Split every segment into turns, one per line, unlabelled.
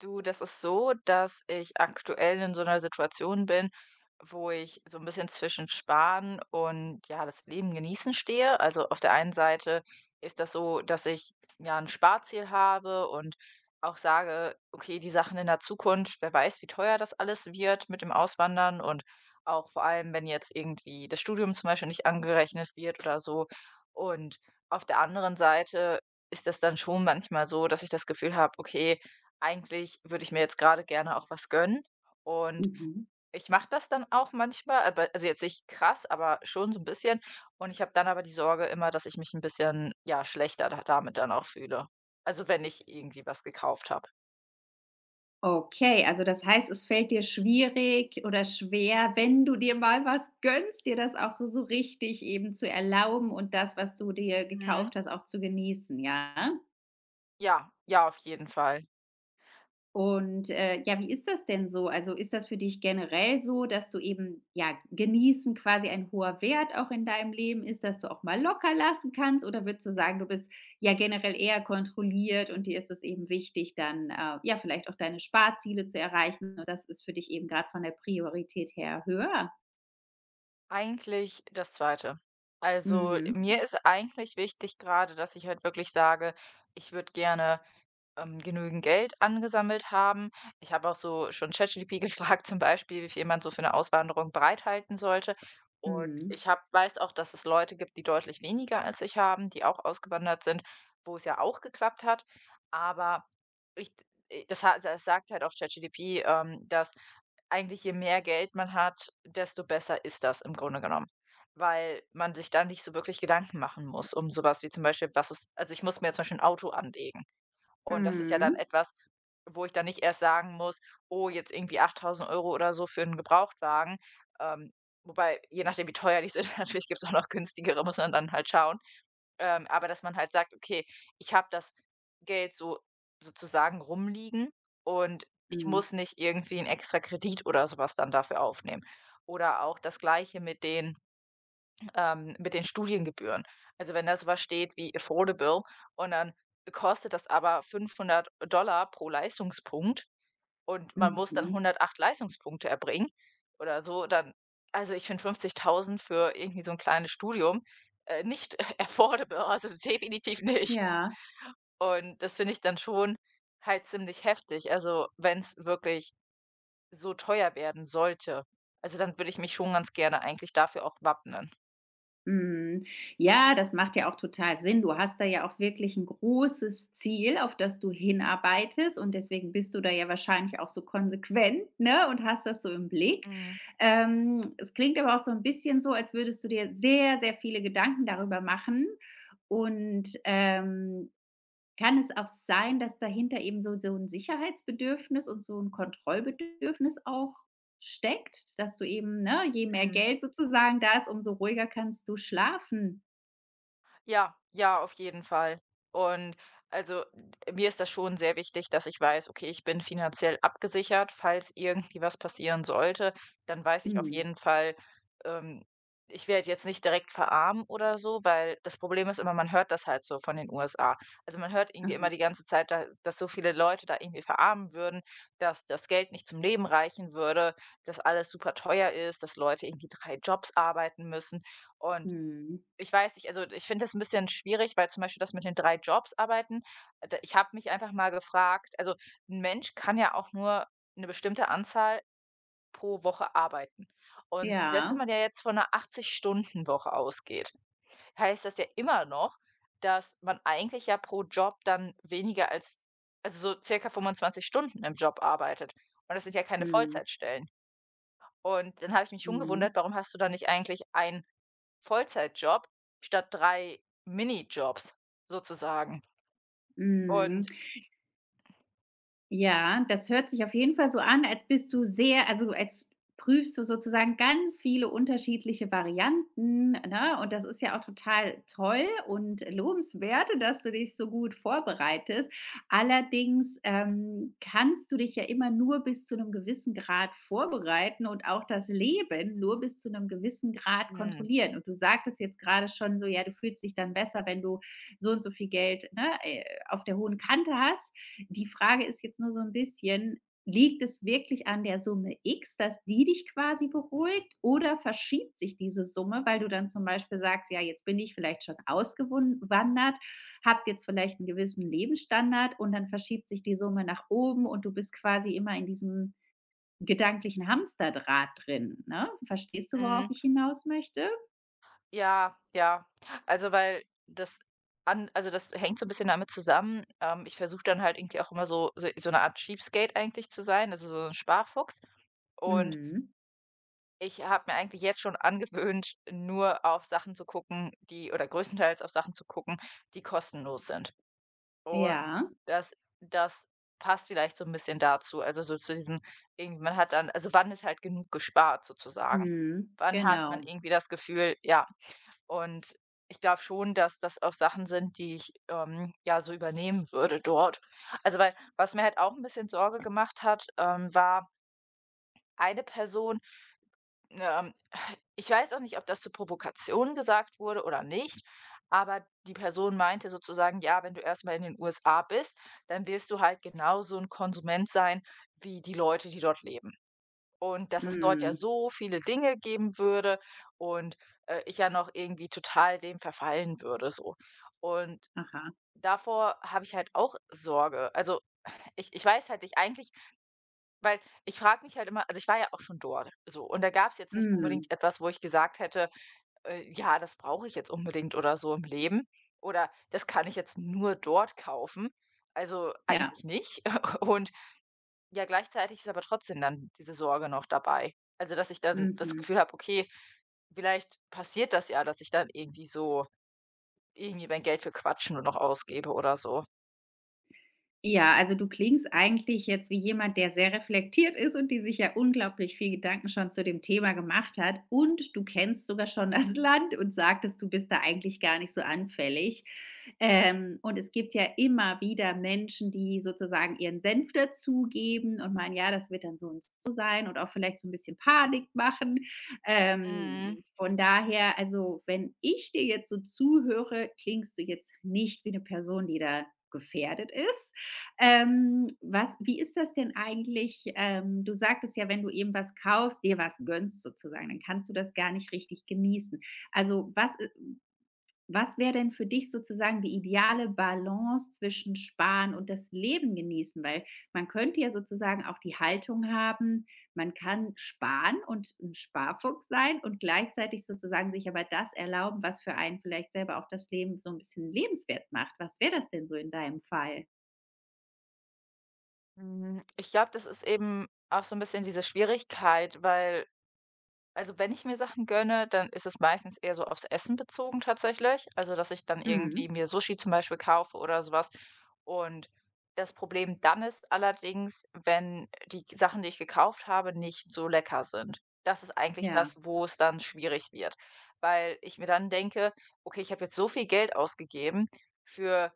Du, das ist so, dass ich aktuell in so einer Situation bin, wo ich so ein bisschen zwischen Sparen und, ja, das Leben genießen stehe. Also, auf der einen Seite ist das so, dass ich, ja, ein Sparziel habe und auch sage: „Okay, die Sachen in der Zukunft, wer weiß, wie teuer das alles wird mit dem Auswandern“ und auch vor allem, wenn jetzt irgendwie das Studium zum Beispiel nicht angerechnet wird oder so. Und auf der anderen Seite ist das dann schon manchmal so, dass ich das Gefühl habe: „Okay, eigentlich würde ich mir jetzt gerade gerne auch was gönnen und
Mhm.
ich mache das dann auch manchmal, aber also jetzt nicht krass, aber schon so ein bisschen und ich habe dann aber die Sorge immer, dass ich mich ein bisschen, ja, schlechter da damit dann auch fühle. Also, wenn ich irgendwie was gekauft habe.
Okay, also das heißt, es fällt dir schwierig oder schwer, wenn du dir mal was gönnst, dir das auch so richtig eben zu erlauben und das, was du dir
Mhm.
gekauft hast, auch zu genießen, ja?
Ja, ja, auf jeden Fall.
Und, ja, wie ist das denn so? Also, ist das für dich generell so, dass du eben, ja, genießen quasi ein hoher Wert auch in deinem Leben ist, dass du auch mal locker lassen kannst? Oder würdest du sagen, du bist ja generell eher kontrolliert und dir ist es eben wichtig, dann, ja, vielleicht auch deine Sparziele zu erreichen und das ist für dich eben gerade von der Priorität her höher?
Eigentlich das Zweite. Also,
Mhm.
mir ist eigentlich wichtig gerade, dass ich halt wirklich sage, ich würde gerne genügend Geld angesammelt haben. Ich habe auch so schon ChatGPT gefragt zum Beispiel, wie viel man so für eine Auswanderung bereithalten sollte. Und
Mhm.
ich habe weiß auch, dass es Leute gibt, die deutlich weniger als ich haben, die auch ausgewandert sind, wo es ja auch geklappt hat. Aber ich das ha das sagt halt auch ChatGPT, dass eigentlich je mehr Geld man hat, desto besser ist das im Grunde genommen, weil man sich da nicht so wirklich Gedanken machen muss um sowas wie zum Beispiel, was ist also, ich muss mir jetzt zum Beispiel 'n Auto anlegen. Und das ist ja dann
Mhm.
etwas, wo ich dann nicht erst sagen muss: „Oh, jetzt irgendwie 8.000 Euro oder so für einen Gebrauchtwagen.“ Ähm, wobei, je nachdem, wie teuer die sind, natürlich gibt es auch noch günstigere, muss man dann halt schauen. Aber dass man halt sagt: „Okay, ich habe das Geld so sozusagen rumliegen und ich
Mhm.
muss nicht irgendwie einen extra Kredit oder sowas dann dafür aufnehmen.“ Oder auch das Gleiche mit den Studiengebühren. Also, wenn da so was steht wie affordable und dann kostet das aber 500 pro Leistungspunkt und man muss dann
Mhm.
108 Leistungspunkte erbringen oder so, dann also, ich finde 50.000 für irgendwie so ein kleines Studium, nicht affordable, also, definitiv nicht.
Ja.
Und das finde ich dann schon halt ziemlich heftig, also, wenn es wirklich so teuer werden sollte. Also, dann würde ich mich schon ganz gerne eigentlich dafür auch wappnen.
Mhm. Ja, das macht ja auch total Sinn. Du hast da ja auch wirklich ein großes Ziel, auf das du hinarbeitest und deswegen bist du da ja wahrscheinlich auch so konsequent, ne, und hast das so im Blick.
Mhm,
Es klingt aber auch so ein bisschen so, als würdest du dir sehr, sehr viele Gedanken darüber machen und, kann es auch sein, dass dahinter eben so ein Sicherheitsbedürfnis und so ein Kontrollbedürfnis auch steckt, dass du eben, ne, je mehr
mhm.
Geld sozusagen da ist, umso ruhiger kannst du schlafen?
Ja, ja, auf jeden Fall. Und also mir ist das schon sehr wichtig, dass ich weiß, okay, ich bin finanziell abgesichert. Falls irgendwie was passieren sollte, dann weiß ich auf
Mhm.
jeden Fall, ähm, ich werde jetzt nicht direkt verarmen oder so, weil das Problem ist immer, man hört das halt so von den USA. Also man hört irgendwie
Aha.
immer die ganze Zeit, da, dass so viele Leute da irgendwie verarmen würden, dass das Geld nicht zum Leben reichen würde, dass alles super teuer ist, dass Leute irgendwie drei Jobs arbeiten müssen. Und
Mhm.
ich weiß nicht, also, ich finde das ein bisschen schwierig, weil zum Beispiel das mit den 3 Jobs arbeiten d ich habe mich einfach mal gefragt also, ein Mensch kann ja auch nur eine bestimmte Anzahl pro Woche arbeiten. Und selbst wenn
Ja.
man ja jetzt von einer 80-Stunden-Woche ausgeht, heißt das ja immer noch, dass man eigentlich ja pro Job dann weniger als also, so circa 25 Stunden im Job arbeitet. Und das sind ja keine
Mhm.
Vollzeitstellen. Und dann habe ich mich schon
Mhm.
gewundert, warum hast du da nicht eigentlich ein Vollzeitjob statt 3 Minijobs sozusagen.
Mhm.
Und
Ja, das hört sich auf jeden Fall so an, als bist du sehr also, als prüfst du sozusagen ganz viele unterschiedliche Varianten, ne? Und das ist ja auch total toll und lobenswert, dass du dich so gut vorbereitest. Allerdings, kannst du dich ja immer nur bis zu einem gewissen Grad vorbereiten und auch das Leben nur bis zu einem gewissen Grad
mhm,
kontrollieren. Und du sagtest jetzt gerade schon so: „Ja, du fühlst dich dann besser, wenn du so und so viel Geld, ne, auf der hohen Kante hast.“ Die Frage ist jetzt nur so ein bisschen, liegt es wirklich an der Summe X, dass die dich quasi beruhigt oder verschiebt sich diese Summe, weil du dann zum Beispiel sagst: „Ja, jetzt bin ich vielleicht schon ausgewandert, jetzt vielleicht einen gewissen Lebensstandard und dann verschiebt sich die Summe nach oben und du bist quasi immer in diesem gedanklichen Hamsterdraht drin“, ne? Verstehst du, worauf
mhm,
ich hinaus möchte?
ja, ja. Also, weil das an also, das hängt so ein bisschen damit zusammen, ich versuche dann halt irgendwie auch immer so 'ne Art Cheapskate eigentlich zu sein, also, so ein Sparfuchs. Und
Mhm.
ich habe mir eigentlich jetzt schon angewöhnt, nur auf Sachen zu gucken, die oder größtenteils auf Sachen zu gucken, die kostenlos sind. Und
Ja.
das das passt vielleicht so ein bisschen dazu, also so zu diesem irgendwie man hat dann also wann ist halt genug gespart sozusagen?
Mhm.
Wann hat man
Genau.
irgendwie das Gefühl ja, und ich glaube schon, dass das auch Sachen sind, die ich, ja, so übernehmen würde dort. Also, weil was mir halt auch ein bisschen Sorge gemacht hat, war eine Person, ähm ich weiß auch nicht, ob das zur Provokation gesagt wurde oder nicht, aber die Person meinte sozusagen: „Ja, wenn du erst mal in den USA bist, dann wirst du halt genauso ein Konsument sein wie die Leute, die dort leben.“ Und dass es dort ja
Mhm.
so viele Dinge geben würde und, ich ja noch irgendwie total dem verfallen würde so. Und
Aha.
davor habe ich halt auch Sorge. Also, ich weiß halt nicht eigentlich weil ich frage mich halt immer also, ich war ja auch schon dort so und da gab es jetzt nicht
Mhm.
unbedingt etwas, wo ich gesagt hätte: ja, das brauche ich jetzt unbedingt oder so im Leben oder das kann ich jetzt nur dort kaufen. Also,
Ja.
eigentlich nicht. Und ja, gleichzeitig ist aber trotzdem dann diese Sorge noch dabei. Also, dass ich dann das
Mhm.
Gefühl habe, okay, vielleicht passiert das ja, dass ich dann irgendwie so irgendwie mein Geld für Quatschen nur noch ausgebe oder so.
Ja, also du klingst eigentlich jetzt wie jemand, der sehr reflektiert ist und die sich ja unglaublich viel Gedanken schon zu dem Thema gemacht hat. Und du kennst sogar schon das Land und sagtest, du bist da eigentlich gar nicht so anfällig. Und es gibt ja immer wieder Menschen, die sozusagen ihren Senf dazugeben und meinen, ja, das wird dann so und so sein und auch vielleicht so ein bisschen Panik machen.
Mhm.
Von daher, also wenn ich dir jetzt so zuhöre, klingst du jetzt nicht wie eine Person, die da gefährdet ist, was wie ist das denn eigentlich? Du sagtest ja, wenn du eben was kaufst dir was gönnst sozusagen, dann kannst du das gar nicht richtig genießen. Also, was wäre denn für dich sozusagen die ideale Balance zwischen Sparen und das Leben genießen? Weil man könnte ja sozusagen auch die Haltung haben, man kann sparen und ein Sparfuchs sein und gleichzeitig sozusagen sich aber das erlauben, was für einen vielleicht selber auch das Leben so ein bisschen lebenswert macht. Was wäre das denn so in deinem Fall?
Hm, ich glaube, das ist eben auch so ein bisschen diese Schwierigkeit, weil also, wenn ich mir Sachen gönne, dann ist es meistens eher so aufs Essen bezogen tatsächlich. Also, dass ich dann irgendwie
Mhm,
mir Sushi zum Beispiel kaufe oder so was. Und das Problem dann ist allerdings, wenn die Sachen, die ich gekauft habe, nicht so lecker sind. Das ist eigentlich
ja.
das, wo es dann schwierig wird, weil ich mir dann denke: „Okay, ich habe jetzt so viel Geld ausgegeben für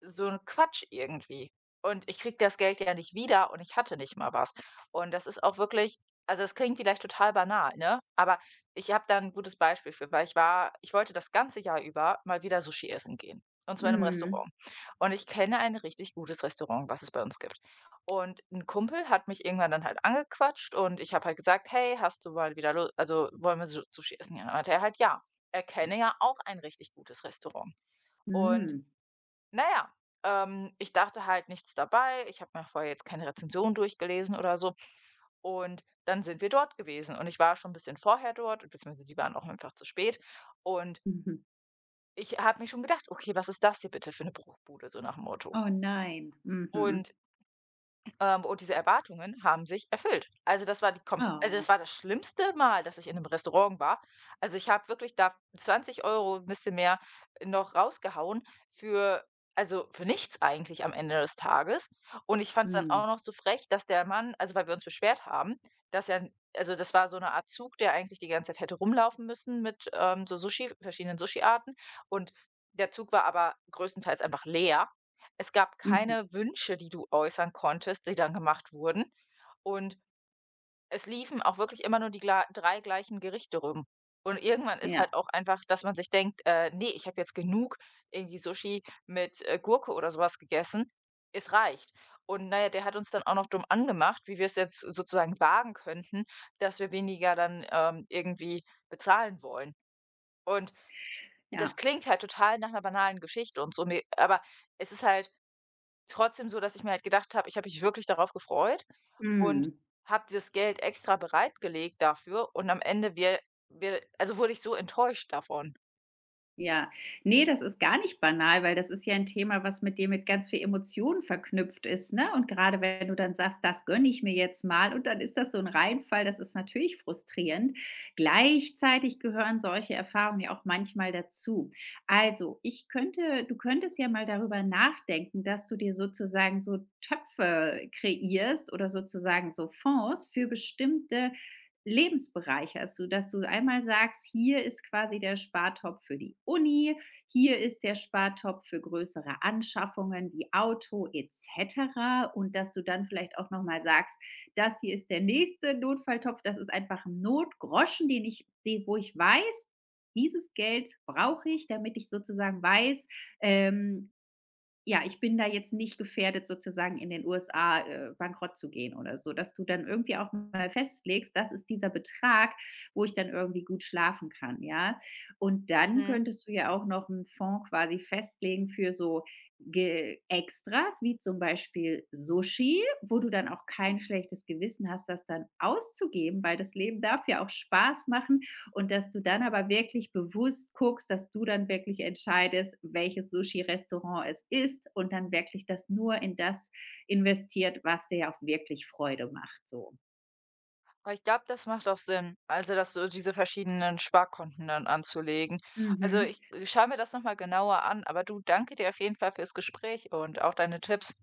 so 'n Quatsch irgendwie und ich kriege das Geld ja nicht wieder und ich hatte nicht mal was.“ Und das ist auch wirklich also, es klingt vielleicht total banal, ne? Aber ich habe da ein gutes Beispiel für, weil ich wollte das ganze Jahr über mal wieder Sushi essen gehen, und zwar in 'nem
Mhm.
Restaurant. Und ich kenne ein richtig gutes Restaurant, was es bei uns gibt. Und ein Kumpel hat mich irgendwann dann halt angequatscht und ich habe halt gesagt: „Hey, hast du mal wieder Lust? Also, wollen wir Su Sushi essen gehen?“ Und meinte er halt: „Ja.“ Er kenne ja auch ein richtig gutes Restaurant.
Mhm.
Und
Mhm.
naja, ich dachte halt nichts dabei. Ich habe mir vorher jetzt keine Rezension durchgelesen oder so. Und dann sind wir dort gewesen und ich war schon ein bisschen vorher dort, beziehungsweise die waren auch einfach zu spät. Und ich habe mir schon gedacht: „Okay, was ist das hier bitte für eine Bruchbude“, so nach dem Motto.
Oh nein. Mhm.
Und und diese Erwartungen haben sich erfüllt. Also, das war die kom also,
Oh.
das war das schlimmste Mal, dass ich in 'nem Restaurant war. Also, ich habe wirklich da 20 Euro 'n bisschen mehr noch rausgehauen für also, für nichts eigentlich am Ende des Tages. Und ich fand's dann
Mhm.
auch noch so frech, dass der Mann also, weil wir uns beschwert haben, dass er also, das war so 'ne Art Zug, der eigentlich die ganze Zeit hätte rumlaufen müssen mit, so Sushi verschiedenen Sushiarten. Und der Zug war aber größtenteils einfach leer. Es gab
Mhm.
keine Wünsche, die du äußern konntest, die dann gemacht wurden. Und es liefen auch wirklich immer nur die gla drei gleichen Gerichte rum. Und irgendwann ist
Ja,
halt auch einfach, dass man sich denkt, ne, ich habe jetzt genug irgendwie Sushi mit, Gurke oder sowas gegessen. Es reicht. Und naja, der hat uns dann auch noch dumm angemacht, wie wir es jetzt sozusagen wagen könnten, dass wir weniger dann, irgendwie bezahlen wollen. Und das
ja.
klingt halt total nach einer banalen Geschichte und so, mir aber es ist halt trotzdem so, dass ich mir halt gedacht habe, ich habe mich wirklich darauf gefreut und
Mhm.
habe dieses Geld extra bereitgelegt dafür und am Ende wir wir also, wurde ich so enttäuscht davon.
Ja. Nee, das ist gar nicht banal, weil das ist ja ein Thema, was mit dir mit ganz viel Emotionen verknüpft ist, ne? Und gerade wenn du dann sagst: „Das gönne ich mir jetzt mal“ und dann ist das so ein Reinfall, das ist natürlich frustrierend. Gleichzeitig gehören solche Erfahrungen ja auch manchmal dazu. Also, ich könnte du könntest ja mal darüber nachdenken, dass du dir sozusagen so Töpfe kreierst oder sozusagen so Fonds für bestimmte lebensbereicherst, sodass du einmal sagst: „Hier ist quasi der Spartopf für die Uni, hier ist der Spartopf für größere Anschaffungen wie Auto et cetera.“ Und dass du dann vielleicht auch noch mal sagst: „Das hier ist der nächste Notfalltopf, das ist einfach ein Notgroschen, den wo ich weiß, dieses Geld brauche ich, damit ich sozusagen weiß, ähm, ja, ich bin da jetzt nicht gefährdet, sozusagen in den USA, bankrott zu gehen oder so, dass du dann irgendwie auch mal festlegst, das ist dieser Betrag, wo ich dann irgendwie gut schlafen kann, ja? Und dann
Mhm.
könntest du ja auch noch einen Fonds quasi festlegen für so Ge Extras, wie zum Beispiel Sushi, wo du dann auch kein schlechtes Gewissen hast, das dann auszugeben, weil das Leben darf ja auch Spaß machen und dass du dann aber wirklich bewusst guckst, dass du dann wirklich entscheidest, welches Sushi-Restaurant es ist und dann wirklich das nur in das investiert, was dir ja auch wirklich Freude macht, so.
Aber ich glaube, das macht auch Sinn, also, dass so diese verschiedenen Sparkonten dann anzulegen. Also,
Mhm.
ich schaue mir das noch mal genauer an, aber du, danke dir auf jeden Fall fürs Gespräch und auch deine Tipps.